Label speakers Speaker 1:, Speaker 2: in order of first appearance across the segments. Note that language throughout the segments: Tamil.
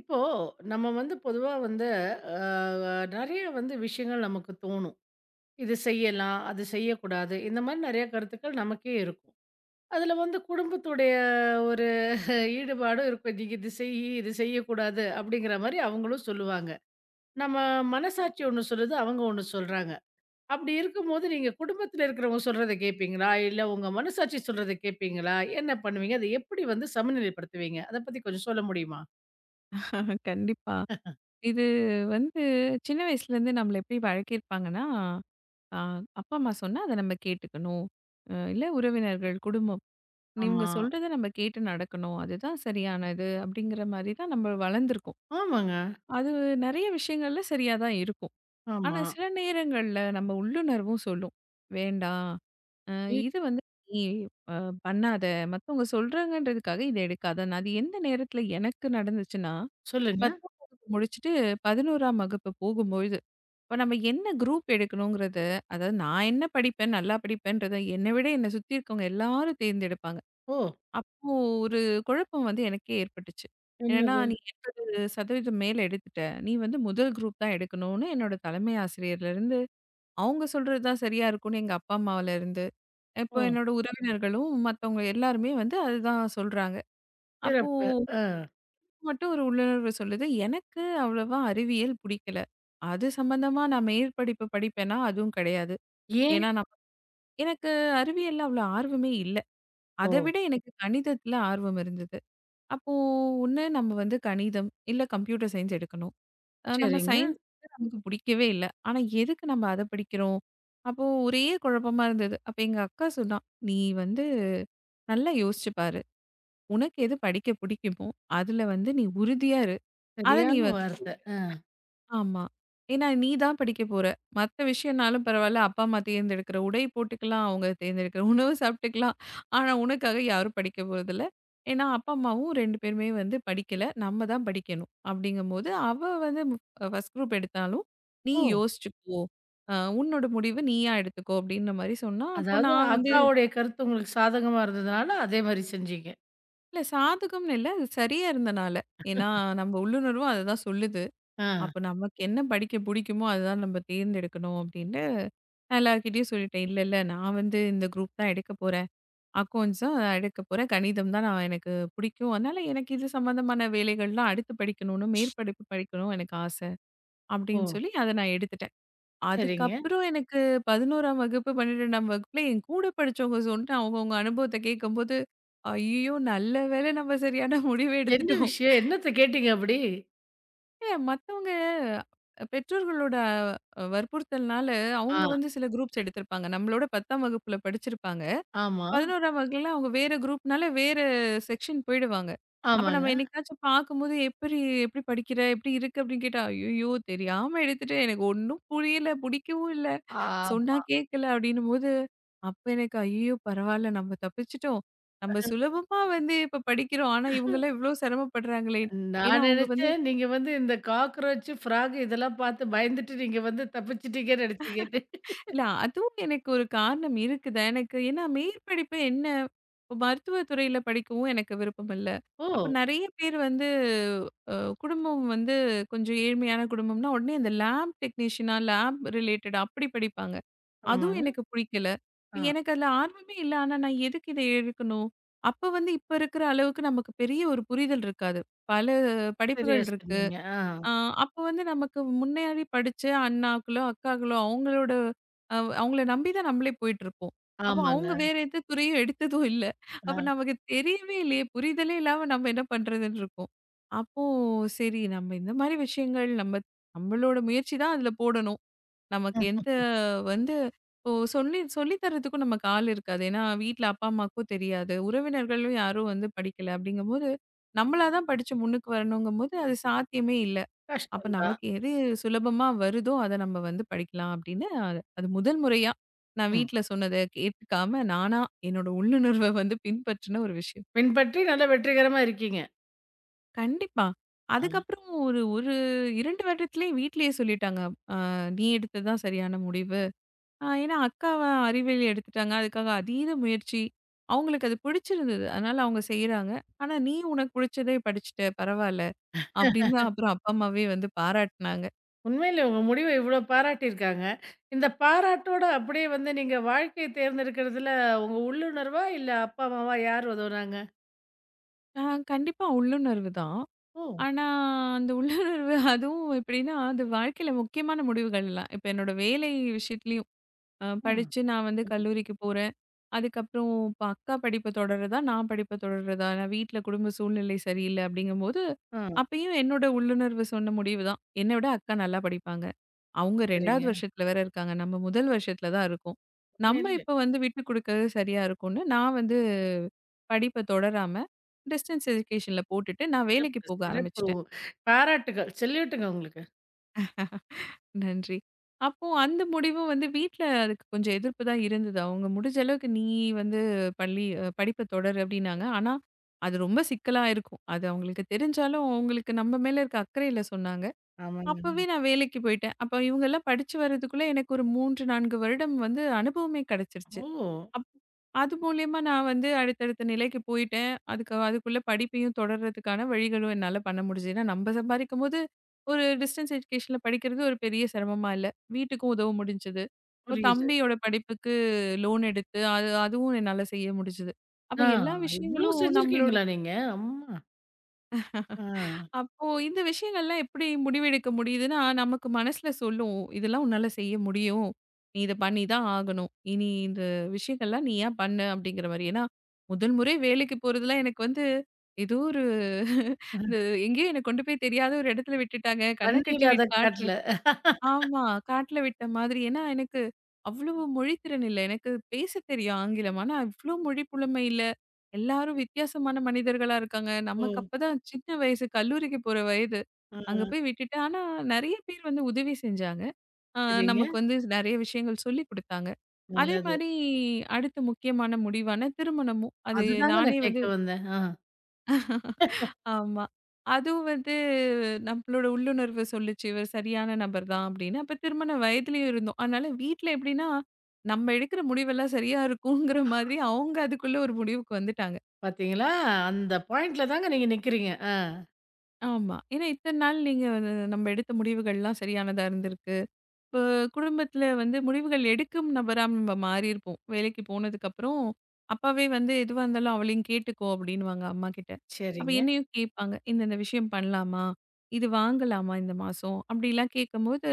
Speaker 1: இப்போ நம்ம வந்து பொதுவா வந்து நிறைய வந்து விஷயங்கள் நமக்கு தோணும். இது செய்யலாம், அது செய்யக்கூடாது. இந்த மாதிரி நிறைய கருத்துக்கள் நமக்கே இருக்கும். அதுல வந்து குடும்பத்துடைய ஒரு ஈடுபாடும் இருக்கும். நீங்க இது செய், இது செய்யக்கூடாது அப்படிங்கிற மாதிரி அவங்களும் சொல்லுவாங்க. நம்ம மனசாட்சி ஒண்ணு சொல்லுது, அவங்க ஒண்ணு சொல்றாங்க. அப்படி இருக்கும்போது நீங்க குடும்பத்துல இருக்கிறவங்க சொல்றத கேட்பீங்களா? இல்ல உங்க மனசாட்சி சொல்றத கேட்பீங்களா? என்ன பண்ணுவீங்க? அதை எப்படி வந்து சமநிலைப்படுத்துவீங்க? அத பத்தி கொஞ்சம் சொல்ல முடியுமா?
Speaker 2: ஆஹா, கண்டிப்பா. இது வந்து சின்ன வயசுலேருந்து நம்மள எப்படி வழக்கியிருப்பாங்கன்னா, அ அப்பா, அம்மா சொன்னா அத நம்ம கேட்டுக்கணும். இல்ல உறவினர்கள், குடும்பம் இவங்க
Speaker 1: ஆமா.
Speaker 2: சொல்றத நம்ம கேட்டு நடக்கணும். அதுதான் சரியானது அப்படிங்கிற மாரி தான் நம்ம வளர்ந்துருக்கோம்.
Speaker 1: ஆமாங்க.
Speaker 2: அது நெறைய விஷயங்கள்ல சரியா தான் இருக்கும். ஆனா,
Speaker 1: ஆமா.
Speaker 2: சில நேரங்கள்ல நம்ம உள்ளுணர்வும் சொல்லும். வேண்டாம், அ
Speaker 1: ஐயோ!
Speaker 2: இது வந்து நீ அ பண்ணாத, மத்தவங்க சொல்றாங்கன்றதுக்காக இத எடுக்காதன்னு. அது எந்த நேரத்தில எனக்கு நடந்துச்சுன்னா,
Speaker 1: சொல்லுங்க.
Speaker 2: 10ஆம் வகுப்பு முடிச்சுட்டு 11ஆம் வகுப்பு போகும்பொழுது, இப்ப நம்ம என்ன குரூப் எடுக்கணுங்கிறத, அதாவது நான் என்ன படிப்பேன், நல்லா படிப்பேன்றத என்னை விட என்னை சுத்தி இருக்கவங்க எல்லாரும் தேர்ந்தெடுப்பாங்க.
Speaker 1: ஓ!
Speaker 2: அப்போ ஒரு குழப்பம் வந்து எனக்கே ஏற்பட்டுச்சு. ஏன்னா,
Speaker 1: என்னது?
Speaker 2: "நீ 80% மேல எடுத்துட்ட. நீ வந்து முதல் குரூப் தான் எடுக்கணும்னு" என்னோட தலைமை ஆசிரியர்லேருந்து, அவங்க சொல்றது தான் சரியா இருக்கும்னு எங்க அப்பா, அம்மாவுலேருந்து, இப்போ
Speaker 1: ஓ!
Speaker 2: என்னோட உறவினர்களும் மத்தவங்க எல்லாருமே வந்து அதுதான் சொல்றாங்க. அப்போ
Speaker 1: சிறப்பு. ஆ.
Speaker 2: மட்டும் ஒரு உள்ளுணர்வு சொல்லுது. எனக்கு அவ்வளவா அறிவியல் புடிக்கல. அது சம்மந்தமா நான் மேற்படிப்பு படிப்பேன்னா, அதுவும் கிடையாது.
Speaker 1: ஏன்?
Speaker 2: ஏன்னா நான் எனக்கு அறிவியல்ல அவ்வளோ ஆர்வமே இல்ல.
Speaker 1: ஓ!
Speaker 2: அத விட எனக்கு கணிதத்தில ஆர்வம் இருந்தது. அப்போ ஒண்ணு நம்ம வந்து கணிதம், இல்ல கம்ப்யூட்டர் சயன்ஸ் எடுக்கணும். நம்ம
Speaker 1: சரிங்க.
Speaker 2: சயன்ஸ் வந்து நமக்கு பிடிக்கவே இல்ல. ஆனா எதுக்கு நம்ம அத படிக்கிறோம்? அப்போ ஒரே குழப்பமா இருந்தது. அப்ப எங்க அக்கா சொன்னா, "நீ வந்து நல்லா யோசிச்சு பாரு. உனக்கு எது படிக்க பிடிக்குமோ, அதுல வந்து நீ உறுதியா இரு. அத நீ
Speaker 1: சரியான
Speaker 2: வந்து"
Speaker 1: வார்த்தை. ஆ.
Speaker 2: ஆமா. ஏன்னா நீ தான் படிக்க போற. மத்த விஷயம்னாலும் பரவால்ல. அப்பா, அம்மா தேர்ந்தெடுக்கிற உடை போட்டுக்கலாம். அவங்க தேர்ந்தெடுக்கிற உணவு சாப்பிட்டுக்கலாம். ஆனா உனக்காக யாரும் படிக்க போறதில்ல. ஏன்னா அப்பா, அம்மாவும் 2 பேருமே வந்து படிக்கல. நம்ம தான் படிக்கணும். அப்படிங்கும்போது அவ வந்து ஃபர்ஸ்ட் குரூப் எடுத்தாலும், "நீ
Speaker 1: ஓ!
Speaker 2: யோசிச்சுக்கோ. அ உன்னோட முடிவு நீயா எடுத்துக்கோ" அப்படின்ற மாரி சொன்னா, அப்போ
Speaker 1: அதாவது
Speaker 2: நான் வந்து
Speaker 1: அக்காவுடைய கருத்து உங்களுக்கு சாதகமா இருந்ததுனால, அதே மாரி செஞ்சீங்க.
Speaker 2: இல்ல சாதகம்னு இல்ல. அது சரியா இருந்தனால. ஏன்னா நம்ம உள்ளுணர்வும் அததான் சொல்லுது.
Speaker 1: ஆ.
Speaker 2: அப்ப நமக்கு என்ன படிக்க புடிக்குமோ, அதுதான் நம்ம தேர்ந்தெடுக்கணும் அப்படின்னு. நான் எல்லார்கிட்டயும் சொல்லிட்டேன். "இல்ல, இல்ல நான் வந்து இந்த குரூப் தான் எடுக்க போறேன். அக்கவுண்ட்ஸ் தான் எடுக்க போறேன். கணிதம் தான் நான் எனக்கு பிடிக்கும். அதனால எனக்கு இது சம்மந்தமான வேலைகள்லாம் அடுத்து படிக்கணும்னு, மேற்படிப்பு படிக்கணும் எனக்கு ஆசை."
Speaker 1: ஓ!
Speaker 2: அப்படின்னு சொல்லி அத நான் எடுத்துட்டேன்.
Speaker 1: சரிங்க.
Speaker 2: அதுக்கப்புறம் எனக்கு 11ஆம் வகுப்பு, 12ஆம் வகுப்புல என் கூட படிச்சவங்க சொன்ன அவங்கவங்க அனுபவத்த கேட்கும்போது, ஐயய்யோ! நல்ல வேளை நம்ம சரியான முடிவு
Speaker 1: என்ன
Speaker 2: எடுத்துட்டோம்.
Speaker 1: விஷயம்? என்னத்த கேட்டீங்க அப்படி?
Speaker 2: மத்தவங்க பெற்றோர்களோட வற்புறுத்தல்னால
Speaker 1: ஆ.
Speaker 2: அவங்க வந்து சில குரூப்ஸ் எடுத்திருப்பாங்க. நம்மளோட 10ஆம் வகுப்புல படிச்சிருப்பாங்க.
Speaker 1: ஆமா.
Speaker 2: 11ஆம் வகுப்புல அவங்க வேற குரூப்னால வேற செக்ஷன் போயிடுவாங்க. அப்ப நம்ம
Speaker 1: ஆமாங்க.
Speaker 2: என்னைக்காச்சும் பார்க்கும்போது எப்படி எப்படி படிக்கிற? எப்படி இருக்கு? அப்படின்னு கேட்டா, "ஐயய்யோ! தெரியாம எடுத்துட்டேன். எனக்கு ஒண்ணும் புரியல. பிடிக்கவும் இல்ல.
Speaker 1: ஆ,
Speaker 2: சொன்னா கேட்கல." அப்படின்னும்போது, அப்ப எனக்கு ஐயய்யோ! பரவால்ல நம்ம தப்பிச்சுட்டோம். நம்ம சுலபமா வந்து இப்ப படிக்கிறோம். ஆனா இவங்கலாம் இவ்ளோ சிரமப்படுறாங்களே! ஏன்னா
Speaker 1: நான்
Speaker 2: அவங்க வந்து
Speaker 1: நெனச்சேன், நீங்க வந்து இந்த காக்ரோச், ஃப்ராக் இதெல்லாம் பார்த்து பயந்துட்டு நீங்க வந்து தப்பிச்சுட்டீங்கன்னு நெனச்சீங்கன்னு.
Speaker 2: இல்ல அதுவும் எனக்கு ஒரு காரணம் இருக்குது. எனக்கு ஏன்னா மேற்படிப்பு என்ன இப்ப மருத்துவத் துறையில படிக்கவும் எனக்கு விருப்பம் இல்ல.
Speaker 1: ஓ!
Speaker 2: அப்ப நெறைய பேர் வந்து அ குடும்பம் வந்து கொஞ்சம் ஏழ்மையான குடும்பம்னா, உடனே அந்த லேப் டெக்னீஷியனா, லேப் ரிலேட்டடா அப்படி படிப்பாங்க. அதுவும்
Speaker 1: ஆமாங்க.
Speaker 2: எனக்கு புடிக்கல.
Speaker 1: ஆ.
Speaker 2: எனக்கு அதுல ஆர்வமே இல்ல. ஆனா நான் எதுக்கு இத எடுக்கணும்? அப்ப வந்து இப்ப இருக்கிற அளவுக்கு நமக்கு பெரிய ஒரு புரிதல் இருக்காது. பல
Speaker 1: சரியா
Speaker 2: படிப்புகள் இருக்கு.
Speaker 1: சொன்னீங்க. ஆ.
Speaker 2: ஆ அப்போ வந்து நமக்கு முன்னாடி படிச்ச அண்ணாக்களோ, அக்காக்களோ அவங்களோட அவங்கள நம்பி தான் நம்மளே போயிட்டுருப்போம். அப்போ
Speaker 1: ஆமாங்க.
Speaker 2: அவங்க வேற எந்த துறையும் எடுத்ததும் இல்ல. அப்ப நமக்கு தெரியவே இல்லையே! புரிதலே இல்லாம நம்ம என்ன பண்றதுன்னு இருக்கும். அப்போ சரி நம்ம இந்த மாரி விஷயங்கள் நம்ம நம்மளோட முயற்சி தான் அதில போடணும். நமக்கு
Speaker 1: ஆ.
Speaker 2: எந்த வந்து இப்போ சொல்லி சொல்லி தர்றதுக்கும் நமக்கு ஆள் இருக்காது. ஏன்னா வீட்ல அப்பா, அம்மாவுக்கும் தெரியாது. உறவினர்களும் யாரும் வந்து படிக்கல. அப்படிங்கும்போது, நம்மளா தான் படிச்சு முன்னுக்கு வரணுங்கும்போது அது சாத்தியமே இல்ல. அப்ப
Speaker 1: கஷ்டம் தான்.
Speaker 2: நமக்கு எது சுலபமா வருதோ அத நம்ம வந்து படிக்கலாம் அப்படின்னு, அது அது முதல் முறையா நான்
Speaker 1: ம்.
Speaker 2: வீட்ல சொன்னத கேட்காம நானா என்னோட உள்ளுணர்வ வந்து பின்பற்றின ஒரு விஷயம்.
Speaker 1: பின்பற்றி நல்லா வெற்றிகரமா இருக்கீங்க.
Speaker 2: கண்டிப்பா.
Speaker 1: ஆ.
Speaker 2: அதுக்கப்புறம் ஒரு ஒரு 2 வருடத்திலேயே வீட்லயே சொல்லிட்டாங்க. "அ நீ எடுத்தது தான் சரியான முடிவு." ஏன்னா அக்காவ அறிவியல் எடுத்துட்டாங்க. அதுக்காக அதீத முயற்சி. அவங்களுக்கு அது பிடிச்சிருந்தது. அதனால அவங்க செய்றாங்க. ஆனா நீ உனக்கு பிடிச்சதே படிச்சுட்ட பரவால்ல. அப்படின்னு தான் அப்புறம் அப்பா, அம்மாவே வந்து பாராட்டுனாங்க.
Speaker 1: உண்மையிலே உங்க முடிவ இவ்ளோ பாராட்டியிருக்காங்க. இந்த பாராட்டோட அப்படியே வந்து நீங்க வாழ்க்கைய தேர்ந்தெடுக்கிறதுல உங்க உள்ளுணர்வா, இல்ல அப்பா, அம்மாவா யார் உதவுனாங்க?
Speaker 2: அ கண்டிப்பா உள்ளுணர்வு தான்.
Speaker 1: ஓ!
Speaker 2: ஆனா, அந்த உள்ளுணர்வு அதுவும் எப்படின்னா, அது வாழ்க்கையில முக்கியமான முடிவுகள்லாம். இப்ப என்னோட வேலை விஷயத்துலயும்,
Speaker 1: ம்.
Speaker 2: படிச்சு நான் வந்து
Speaker 1: சரிங்க.
Speaker 2: கல்லூரிக்கு போறேன். அதுக்கப்புறம் இப்ப அக்கா படிப்ப தொடருதா, நான் படிப்ப தொடருதா, நான் வீட்ல குடும்ப சூழ்நிலை சரியில்ல அப்படிங்கும்போது,
Speaker 1: ஆ,
Speaker 2: அப்பயும் என்னோட உள்ளுணர்வு சொன்ன முடிவு தான். என்ன விட அக்கா நல்லா படிப்பாங்க. அவங்க 2வது
Speaker 1: சரிங்க.
Speaker 2: வருஷத்துல வேற இருக்காங்க. நம்ம முதல் வருஷத்துல தான் இருக்கோம். நம்ம
Speaker 1: உண்மையிலே
Speaker 2: இப்ப வந்து விட்டு குடுக்கறது சரியா இருக்கும்னு, நான் வந்து படிப்ப தொடராம டிஸ்டன்ஸ் எஜுகேஷன்ல போட்டுட்டு நான் வேலைக்கு
Speaker 1: சிறப்பு,
Speaker 2: போக
Speaker 1: சிறப்பு.
Speaker 2: ஆரம்பிச்சுட்டேன்.
Speaker 1: பாராட்டுகள். செல்யூட்டுங்க உங்களுக்கு.
Speaker 2: நன்றி. அப்போ அந்த முடிவும் வந்து வீட்ல அதுக்கு கொஞ்சம் எதிர்ப்பு தான் இருந்தது. அவங்க முடிஞ்ச அளவுக்கு நீ வந்து பள்ளி படிப்ப தொடரு அப்டின்னாங்க. ஆனா, அது ரொம்ப சிக்கலா இருக்கும். அது அவங்களுக்கு தெரிஞ்சாலும், அவங்களுக்கு நம்ம மேல இருக்க அக்கறையில சொன்னாங்க.
Speaker 1: ஆமாங்க.
Speaker 2: அப்பவே நான் வேலைக்கு போயிட்டேன். அப்ப இவங்கலாம் படிச்சு வர்றதுக்குள்ள எனக்கு ஒரு 3, 4 வருடம் வந்து அனுபவமே கிடைச்சிருச்சு.
Speaker 1: ஓ!
Speaker 2: அப் அது மூலியமா நான் வந்து அடுத்தடுத்த நிலைக்கு போயிட்டேன். அதுக்கு அதுக்குள்ள படிப்பையும் தொடர்றதுக்கான வழிகளும் என்னால பண்ண முடிஞ்சது. ஏன்னா நம்ம சம்பாதிக்கும்போது, ஒரு டிஸ்டன்ஸ் எஜுகேஷன்ல படிக்கிறது ஒரு பெரிய சிரமமா இல்ல. வீட்டுக்கும் உதவ முடிஞ்சது. இப்போ
Speaker 1: புரியுது.
Speaker 2: தம்பியோட படிப்புக்கு லோன் எடுத்து, அது அதுவும் என்னால செய்ய முடிஞ்சது. அப்ப
Speaker 1: ஆ,
Speaker 2: எல்லா
Speaker 1: இவ்ளோ
Speaker 2: விஷயங்களும் நம்மளோட
Speaker 1: செஞ்சிருக்கீங்களா நீங்க? அம்மா! ஆ.
Speaker 2: அப்போ இந்த விஷயங்கள்லாம் எப்படி முடிவெடுக்க முடியுதுன்னா, நமக்கு மனசுல சொல்லும். இதெல்லாம் உன்னால செய்ய முடியும். நீ இத பண்ணி தான் ஆகணும். இனி இந்த விஷயங்கள்லாம் நீயா பண்ணு அப்படிங்கிற மாரி. ஏன்னா, முதல் முறை வேலைக்கு போறதெல்லாம் எனக்கு வந்து ஏதோ ஒரு
Speaker 1: அ.
Speaker 2: இந்த எங்கேயோ என்ன கொண்டு போய் தெரியாத ஒரு இடத்துல விட்டுட்டாங்க. கண்ண
Speaker 1: தண்ணி
Speaker 2: கட்டி
Speaker 1: இல்லாத
Speaker 2: காட்டுற
Speaker 1: காட்டுல.
Speaker 2: ஆமா. காட்டுல விட்ட மாதிரி. ஏன்னா, எனக்கு அவ்வளவு மொழித்திறன் இல்ல. எனக்கு பேசத் தெரியும் ஆங்கிலம். ஆனா, இவ்ளோ மொழி புலமை இல்ல. எல்லாரும் வித்தியாசமான மனிதர்களா இருக்காங்க. நமக்கு
Speaker 1: ஓ!
Speaker 2: அப்பதான் சின்ன வயசு, கல்லூரிக்கு போற வயது.
Speaker 1: ஆ,
Speaker 2: அங்க போய் விட்டுட்டு ஆனா, நெறைய பேர் வந்து உதவி செஞ்சாங்க. அ
Speaker 1: சரிங்க.
Speaker 2: நமக்கு வந்து நெறைய விஷயங்கள் சொல்லிக் குடுத்தாங்க. அதே
Speaker 1: நல்லது.
Speaker 2: மாரி அடுத்த முக்கியமான முடிவான திருமணமும். அது
Speaker 1: அதுதாங்க
Speaker 2: நானே
Speaker 1: நான்
Speaker 2: வந்து
Speaker 1: கேட்க வந்தேன். ஆ,
Speaker 2: ஆமா. அதுவும் வந்து நம்மளோட உள்ளுணர்வு சொல்லுச்சு, இவர் சரியான நபர் தான் அப்படின்னு. அப்ப திருமண வயதிலயும் இருந்தோம். அதனால வீட்ல எப்படின்னா, நம்ம எடுக்கிற முடிவெல்லாம் சரியா இருக்குங்கிற மாதிரி அவங்க அதுக்குள்ள ஒரு முடிவுக்கு வந்துட்டாங்க.
Speaker 1: பார்த்தீங்களா? அந்த பாயிண்ட்ல தாங்க நீங்க நிக்கிறீங்க. ஆ,
Speaker 2: ஆமா. ஏன்னா இத்தன நாள் நீங்க வந்து நம்ம எடுத்த முடிவுகள்லாம் சரியானதா இருந்திருக்கு. இப்போ குடும்பத்துல வந்து முடிவுகள் எடுக்கும் நபரா நம்ம மாறி இருப்போம். வேலைக்கு போனதுக்கு அப்புறம், அப்பாவே வந்து எதுவா இருந்தாலும் அவளையும் கேட்டுக்கோ அப்படின்னுவாங்க அம்மா கிட்ட. அப்ப
Speaker 1: சரிங்க.
Speaker 2: என்னையும் கேட்பாங்க. இந்த இந்த விஷயம் பண்ணலாமா? இது வாங்கலாமா இந்த மாசம்? அப்படிலாம் கேட்கும்போது,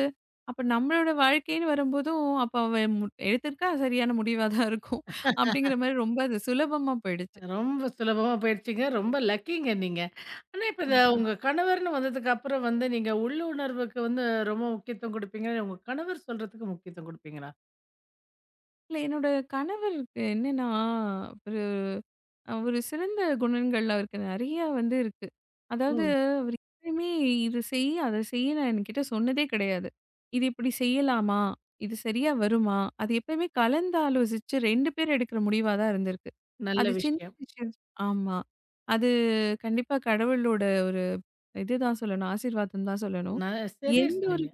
Speaker 2: அப்ப நம்மளோட வாழ்க்கைன்னு வரும்போதும், அப்ப அவ மு எடுத்திருக்கா சரியான முடிவா தான் இருக்கும். அப்படிங்கிற மாரி ரொம்ப அது சுலபமா போயிடுச்சு.
Speaker 1: ரொம்ப சுலபமா போயிடுச்சுங்க. ரொம்ப லக்கிங்க நீங்க. ஆனா இப்ப இந்த உங்க கணவர்ன்னு வந்ததுக்கு அப்புறம் வந்து நீங்க உள்ளுணர்வுக்கு வந்து ரொம்ப முக்கியத்துவம் குடுப்பீங்க. உங்க கணவர் சொல்றதுக்கு முக்கியத்துவம் குடுப்பீங்களா?
Speaker 2: இல்ல என்னோட கணவருக்கு என்னன்னா ஒரு சிறந்த குணங்கள் அவருக்கு நிறைய வந்து இருக்கு.
Speaker 1: ஓ!
Speaker 2: அதாவது அவரு எப்பயுமே "இது செய், அத செய்ன்னு" என்கிட்ட சொன்னதே கிடையாது. "இது இப்படி செய்யலாமா? இது சரியா வருமா?" அது எப்பயுமே கலந்து ஆலோசிச்சு 2 பேர் எடுக்கிற முடிவா தான் இருந்திருக்கு.
Speaker 1: நல்ல
Speaker 2: அது சின்ன
Speaker 1: விஷயம்.
Speaker 2: விஷயம் ஆமா. அது கண்டிப்பா கடவுளோட ஒரு இதுதான் சொல்லணும். ஆசீர்வாதம் தான் சொல்லணும்.
Speaker 1: ந சரியா
Speaker 2: எந்த ஒரு
Speaker 1: சொன்னீங்க.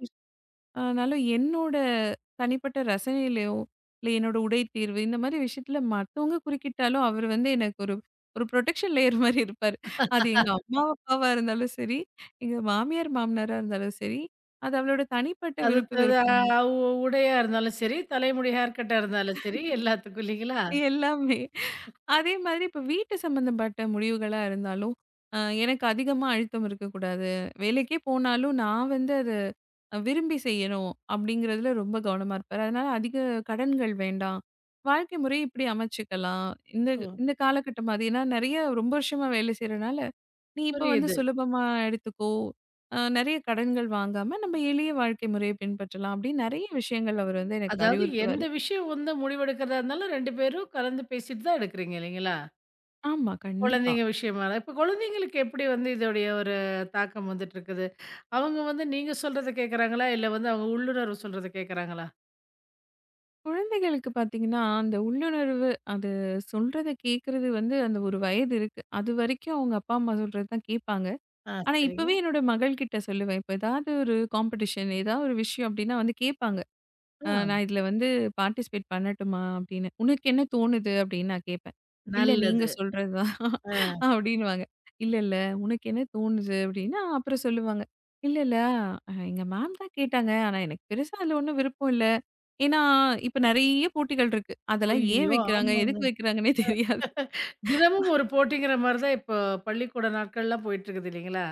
Speaker 2: ஆனாலும் என்னோட தனிப்பட்ட ரசனையிலயோ, இல்ல என்னோட உடை தேர்வு இந்த மாரி விஷயத்துல மத்தவங்க குறுக்கிட்டாலும், அவரு வந்து எனக்கு ஒரு ஒரு புரொடெக்ஷன் லேயர் மாரி இருப்பாரு. அது எங்க அம்மா, அப்பாவா இருந்தாலும் சரி, எங்க மாமியார், மாமனாரா இருந்தாலும் சரி, அது அவளோட தனிப்பட்ட
Speaker 1: அது
Speaker 2: விருப்பு
Speaker 1: அது
Speaker 2: வெறுப்பு
Speaker 1: அ உடையா இருந்தாலும் சரி, தலைமுடி ஹேர் கட்டா இருந்தாலும் சரி எல்லாத்துக்கும் இல்லீங்களா?
Speaker 2: எல்லாமே. அதே மாதிரி இப்ப வீட்டு சம்மந்தப்பட்ட முடிவுகளா இருந்தாலும், அ எனக்கு அதிகமா அழுத்தம் இருக்கக்கூடாது. வேலைக்கே போனாலும் நான் வந்து அத விரும்பி செய்யணும் அப்படிங்கிறதுல ரொம்ப கவனமா இருப்பாரு. அதனால அதிக கடன்கள் வேண்டாம். வாழ்க்கை முறை இப்படி அமைச்சுக்கலாம். இந்த
Speaker 1: ஓ!
Speaker 2: இந்த காலகட்டம் அது. ஏன்னா நெறைய ரொம்ப வருஷமா வேலை செய்றனால, நீ இப்ப வந்து
Speaker 1: புரியுது.
Speaker 2: சுலபமா எடுத்துக்கோ. நெறைய கடன்கள் வாங்காம நம்ம எளிய வாழ்க்கை முறைய பின்பற்றலாம் அப்படின்னு நெறைய விஷயங்கள் அவர் வந்து எனக்கு
Speaker 1: அதாவது
Speaker 2: அறிவுறுத்துவாரு.
Speaker 1: எந்த விஷயம் வந்து முடிவெடுக்கிறதா இருந்தாலும் 2 பேரும் கலந்து பேசிட்டு தான் எடுக்கிறீங்க இல்லைங்களா?
Speaker 2: ஆமா, கண்டிப்பா.
Speaker 1: குழந்தைங்க விஷயமா தான். இப்ப குழந்தைங்களுக்கு எப்படி வந்து இதோடைய ஒரு தாக்கம் வந்துட்டு இருக்குது? அவங்க வந்து நீங்க சொல்றத கேட்கறாங்களா? இல்ல வந்து அவங்க உள்ளுணர்வு சொல்றத கேட்கறாங்களா?
Speaker 2: குழந்தைகளுக்கு பார்த்தீங்கன்னா, அந்த உள்ளுணர்வு அது சொல்றத கேட்கறது வந்து அந்த ஒரு வயது இருக்கு. அதுவரைக்கும் அவங்க அப்பா, அம்மா சொல்றது தான் கேட்பாங்க.
Speaker 1: ஆ,
Speaker 2: ஆனா,
Speaker 1: சரிங்க.
Speaker 2: இப்பவே என்னோட மகள்கிட்ட சொல்லுவேன். இப்ப ஏதாவது ஒரு காம்படிஷன், ஏதாவது ஒரு விஷயம் அப்டின்னா வந்து கேட்பாங்க. நான்
Speaker 1: ஆ,
Speaker 2: இதில வந்து பார்ட்டிசிபேட் பண்ணட்டுமா? அப்படின்னு. "உனக்கு என்ன தோணுது?" அப்படின்னு நான் கேட்பேன். "இல்ல நீங்க
Speaker 1: நல்லது.
Speaker 2: சொல்றது தான்"
Speaker 1: ஆ,
Speaker 2: அப்படின்னுவாங்க. "இல்ல, இல்ல உனக்கு என்ன தோணுது?" அப்படின்னா அப்புறம் சொல்லுவாங்க. "இல்ல, இல்ல எங்க மேம் தான் கேட்டாங்க. ஆனா எனக்கு பெருசா அதில ஒண்ணும் விருப்பம் இல்ல. ஏன்னா, இப்ப நெறைய போட்டிகள் இருக்கு. அதெல்லாம் ஏன்
Speaker 1: ஐயோ!
Speaker 2: வைக்கிறாங்க? எதுக்கு
Speaker 1: ஆமாங்க.
Speaker 2: வைக்கிறாங்கன்னே தெரியாது."
Speaker 1: தினமும் ஒரு போட்டிங்கிற மாரி தான் இப்போ பள்ளிக்கூட நாட்கள்லாம் போயிட்டு இருக்குது இல்லைங்களா?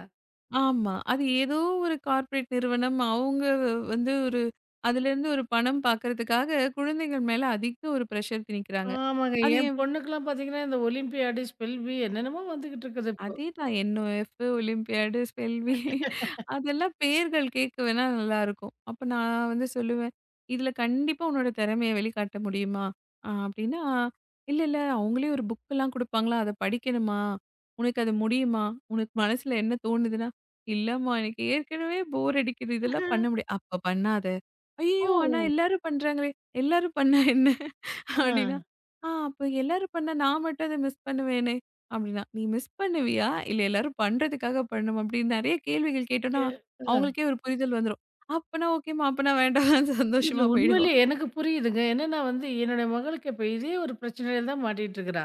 Speaker 2: ஆமா. அது ஏதோ ஒரு கார்ப்பரேட் நிறுவனம் அவங்க வந்து ஒரு அதிலேருந்து ஒரு பணம் பார்க்கறதுக்காக குழந்தைகள் மேல அதிக ஒரு பிரஷர் திணிக்கிறாங்க.
Speaker 1: ஆமாங்க.
Speaker 2: அது
Speaker 1: என்
Speaker 2: என்
Speaker 1: பொண்ணுக்கெல்லாம் பார்த்தீங்கன்னா, இந்த ஒலிம்பியாடு, ஸ்பெல் பி என்னென்னமோ வந்துகிட்டு இருக்குது இப்போ.
Speaker 2: அதேதான். என்ஓஎஃப், ஒலிம்பியாடு, ஸ்பெல்வி அதெல்லாம் பேர்கள் கேட்க வேணா நல்லாருக்கும். அப்ப நான் வந்து சொல்லுவேன், "இதுல கண்டிப்பா உன்னோட திறமைய வெளிக்காட்ட முடியுமா?" அப்படின்னா, "இல்ல, இல்ல அவங்களே ஒரு புக்கெல்லாம் குடுப்பாங்களா, அத படிக்கணுமா? உனக்கு அது முடியுமா? உனக்கு மனசுல என்ன தோணுதுன்னா?" "இல்லம்மா எனக்கு ஏற்கனவே போர் அடிக்குது. இதெல்லாம் பண்ண முடியாது." "அப்ப பண்ணாத." "ஐயய்யோ! ஆனா
Speaker 1: ஓ!
Speaker 2: எல்லாரும் பண்றாங்களே." "எல்லாரும் பண்ணா என்ன?"
Speaker 1: ஆ.
Speaker 2: அப்டின்னா, ஆ அப்ப எல்லாரும் பண்ணா நான் மட்டும் அத மிஸ் பண்ணுவேனே! அப்டின்னா, நீ மிஸ் பண்ணுவியா? இல்ல எல்லாரும் பண்றதுக்காக பண்ணுமா? அப்டின்னு நெறைய கேள்விகள் கேட்டோன்னா,
Speaker 1: எ அதான்.
Speaker 2: அவங்களுக்கே ஒரு புரிதல் வந்துரும். அப்பன்னா ஓகேம்மா, அப்பன்னா வேண்டாம்ன்னு
Speaker 1: இல்ல
Speaker 2: சந்தோஷமா போயிடுவா.
Speaker 1: உண்மையிலே எனக்கு புரியுதுங்க. என்னன்னா வந்து என்னுடைய மகளுக்கு இப்ப இதே ஒரு பிரச்சனையில தான் மாட்டிட்டு இருக்கிறா.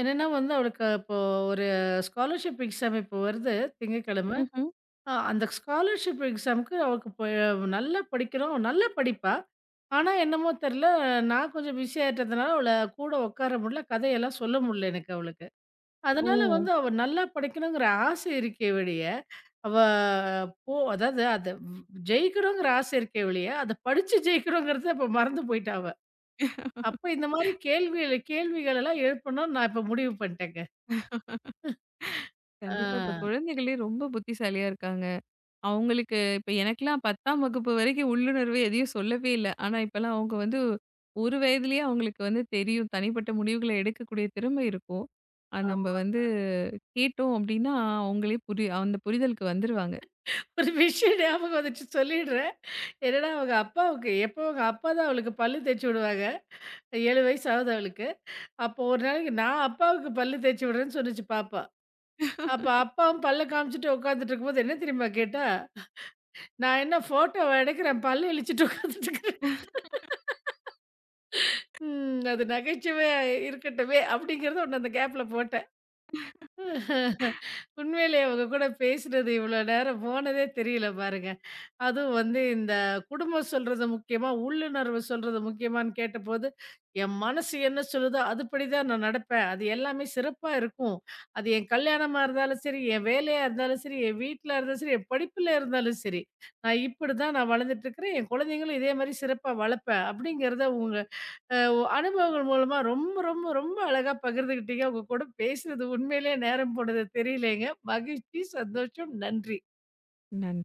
Speaker 1: என்னன்னா வந்து அவளுக்கு இப்போ ஒரு ஸ்காலர்ஷிப் எக்ஸாம் இப்போ வருது திங்கட்கிழமை.
Speaker 2: ம்ஹ்ம்.
Speaker 1: அ அந்த ஸ்காலர்ஷிப் எக்ஸாம்க்கு அவளுக்கு இப்ப நல்லா படிக்கிறோம். நல்லா படிப்பா. ஆனா என்னமோ தெரியல, நான் கொஞ்சம் பிஸி ஆயிட்டதுனால அவள கூட உட்கார முடியல. கதையெல்லாம் சொல்ல முடியல எனக்கு அவளுக்கு.
Speaker 2: ஓ!
Speaker 1: அதனால வந்து அவ நல்லா படிக்கணுங்கிற ஆசை இருக்கே ஒழிய, அவ அதாவது அத ஜெயிக்கணுங்கிற ஆசை இருக்கே ஒழிய, அத படிச்சு ஜெயிக்கணுங்கிறத இப்ப மறந்து போயிட்டா அவ. அப்ப இந்த மாரி கேள்விகள் எல்லாம் எழுப்பணும்னு நான் இப்ப முடிவு பண்ணிட்டேங்க. ஆ.
Speaker 2: கண்டிப்பா. இப்ப குழந்தைகளே ரொம்ப புத்திசாலியா இருக்காங்க. அவங்களுக்கு இப்ப எனக்கெல்லாம் 10ஆம் வகுப்பு வரைக்கும் உள்ளுணர்வு எதையும் சொல்லவே இல்ல. ஆனா, இப்பலாம் அவங்க வந்து 1 வயதிலேயே அவங்களுக்கு வந்து தெரியும். தனிப்பட்ட முடிவுகள எடுக்கக்கூடிய திறமை இருக்கும். நம்ப
Speaker 1: ஆமா.
Speaker 2: வந்து கேட்டோம் அப்டின்னா, அவங்களே அந்த புரிதலுக்கு வந்துருவாங்க.
Speaker 1: ஒரு விஷயம் ஞாபகம் வந்துச்சு சொல்லிடுறேன். என்னன்னா அவங்க அப்பாவுக்கு எப்பவும் அவங்க அப்பா தான் அவளுக்கு பல்லு தேய்ச்சு விடுவாங்க. 7 வயசு ஆகுது அவளுக்கு. அப்போ ஒரு நாளைக்கு நான் அப்பாவுக்கு பல்லு தேய்ச்சு விடுறேன்னு சொன்னுச்சு பாப்பா. அப்ப அப்பாவும் பல்ல காமிச்சுட்டு உட்காந்துட்டு இருக்கும்போது என்ன தெரியுமா கேட்டா? நான் என்ன ஃபோட்டோவ எடுக்கிறேன். பல்ல இளிச்சுட்டு உட்காந்துட்டு இருக்கிறேன். ம். அது நகைச்சுவையா இருக்கட்டுமே! அப்படிங்கிறத ஒண்ணு அந்த கேப்ல போட்டேன். உண்மையிலேயே உங்க கூட பேசினது இவ்வளோ நேரம் போனதே தெரியல பாருங்க. அதுவும் வந்து இந்த குடும்பம் சொல்றது முக்கியமா, உள்ளுணர்வு சொல்றது முக்கியமான்னு கேட்டபோது, என் மனசு என்ன சொல்லுதோ அதுபடிதான் நான் நடப்பேன். அது எல்லாமே சிறப்பா இருக்கும். அது என் கல்யாணமா இருந்தாலும் சரி, என் வேலையா இருந்தாலும் சரி, என் வீட்ல இருந்தாலும் சரி, என் படிப்புல இருந்தாலும் சரி, நான் இப்படிதான் வளர்ந்துட்டுருக்கிறேன். என் குழந்தைங்களும் இதே மாரி சிறப்பா வளர்ப்பேன். அப்படிங்கிறத உங்க அ அனுபவங்கள் மூலமா ரொம்ப, ரொம்ப, ரொம்ப அழகா பகிர்ந்துக்கிட்டீங்க. உங்க கூட பேசுனது உண்மையிலேயே நேரம் போனது தெரியலேங்க. மகிழ்ச்சி, சந்தோஷம். நன்றி.
Speaker 2: நன்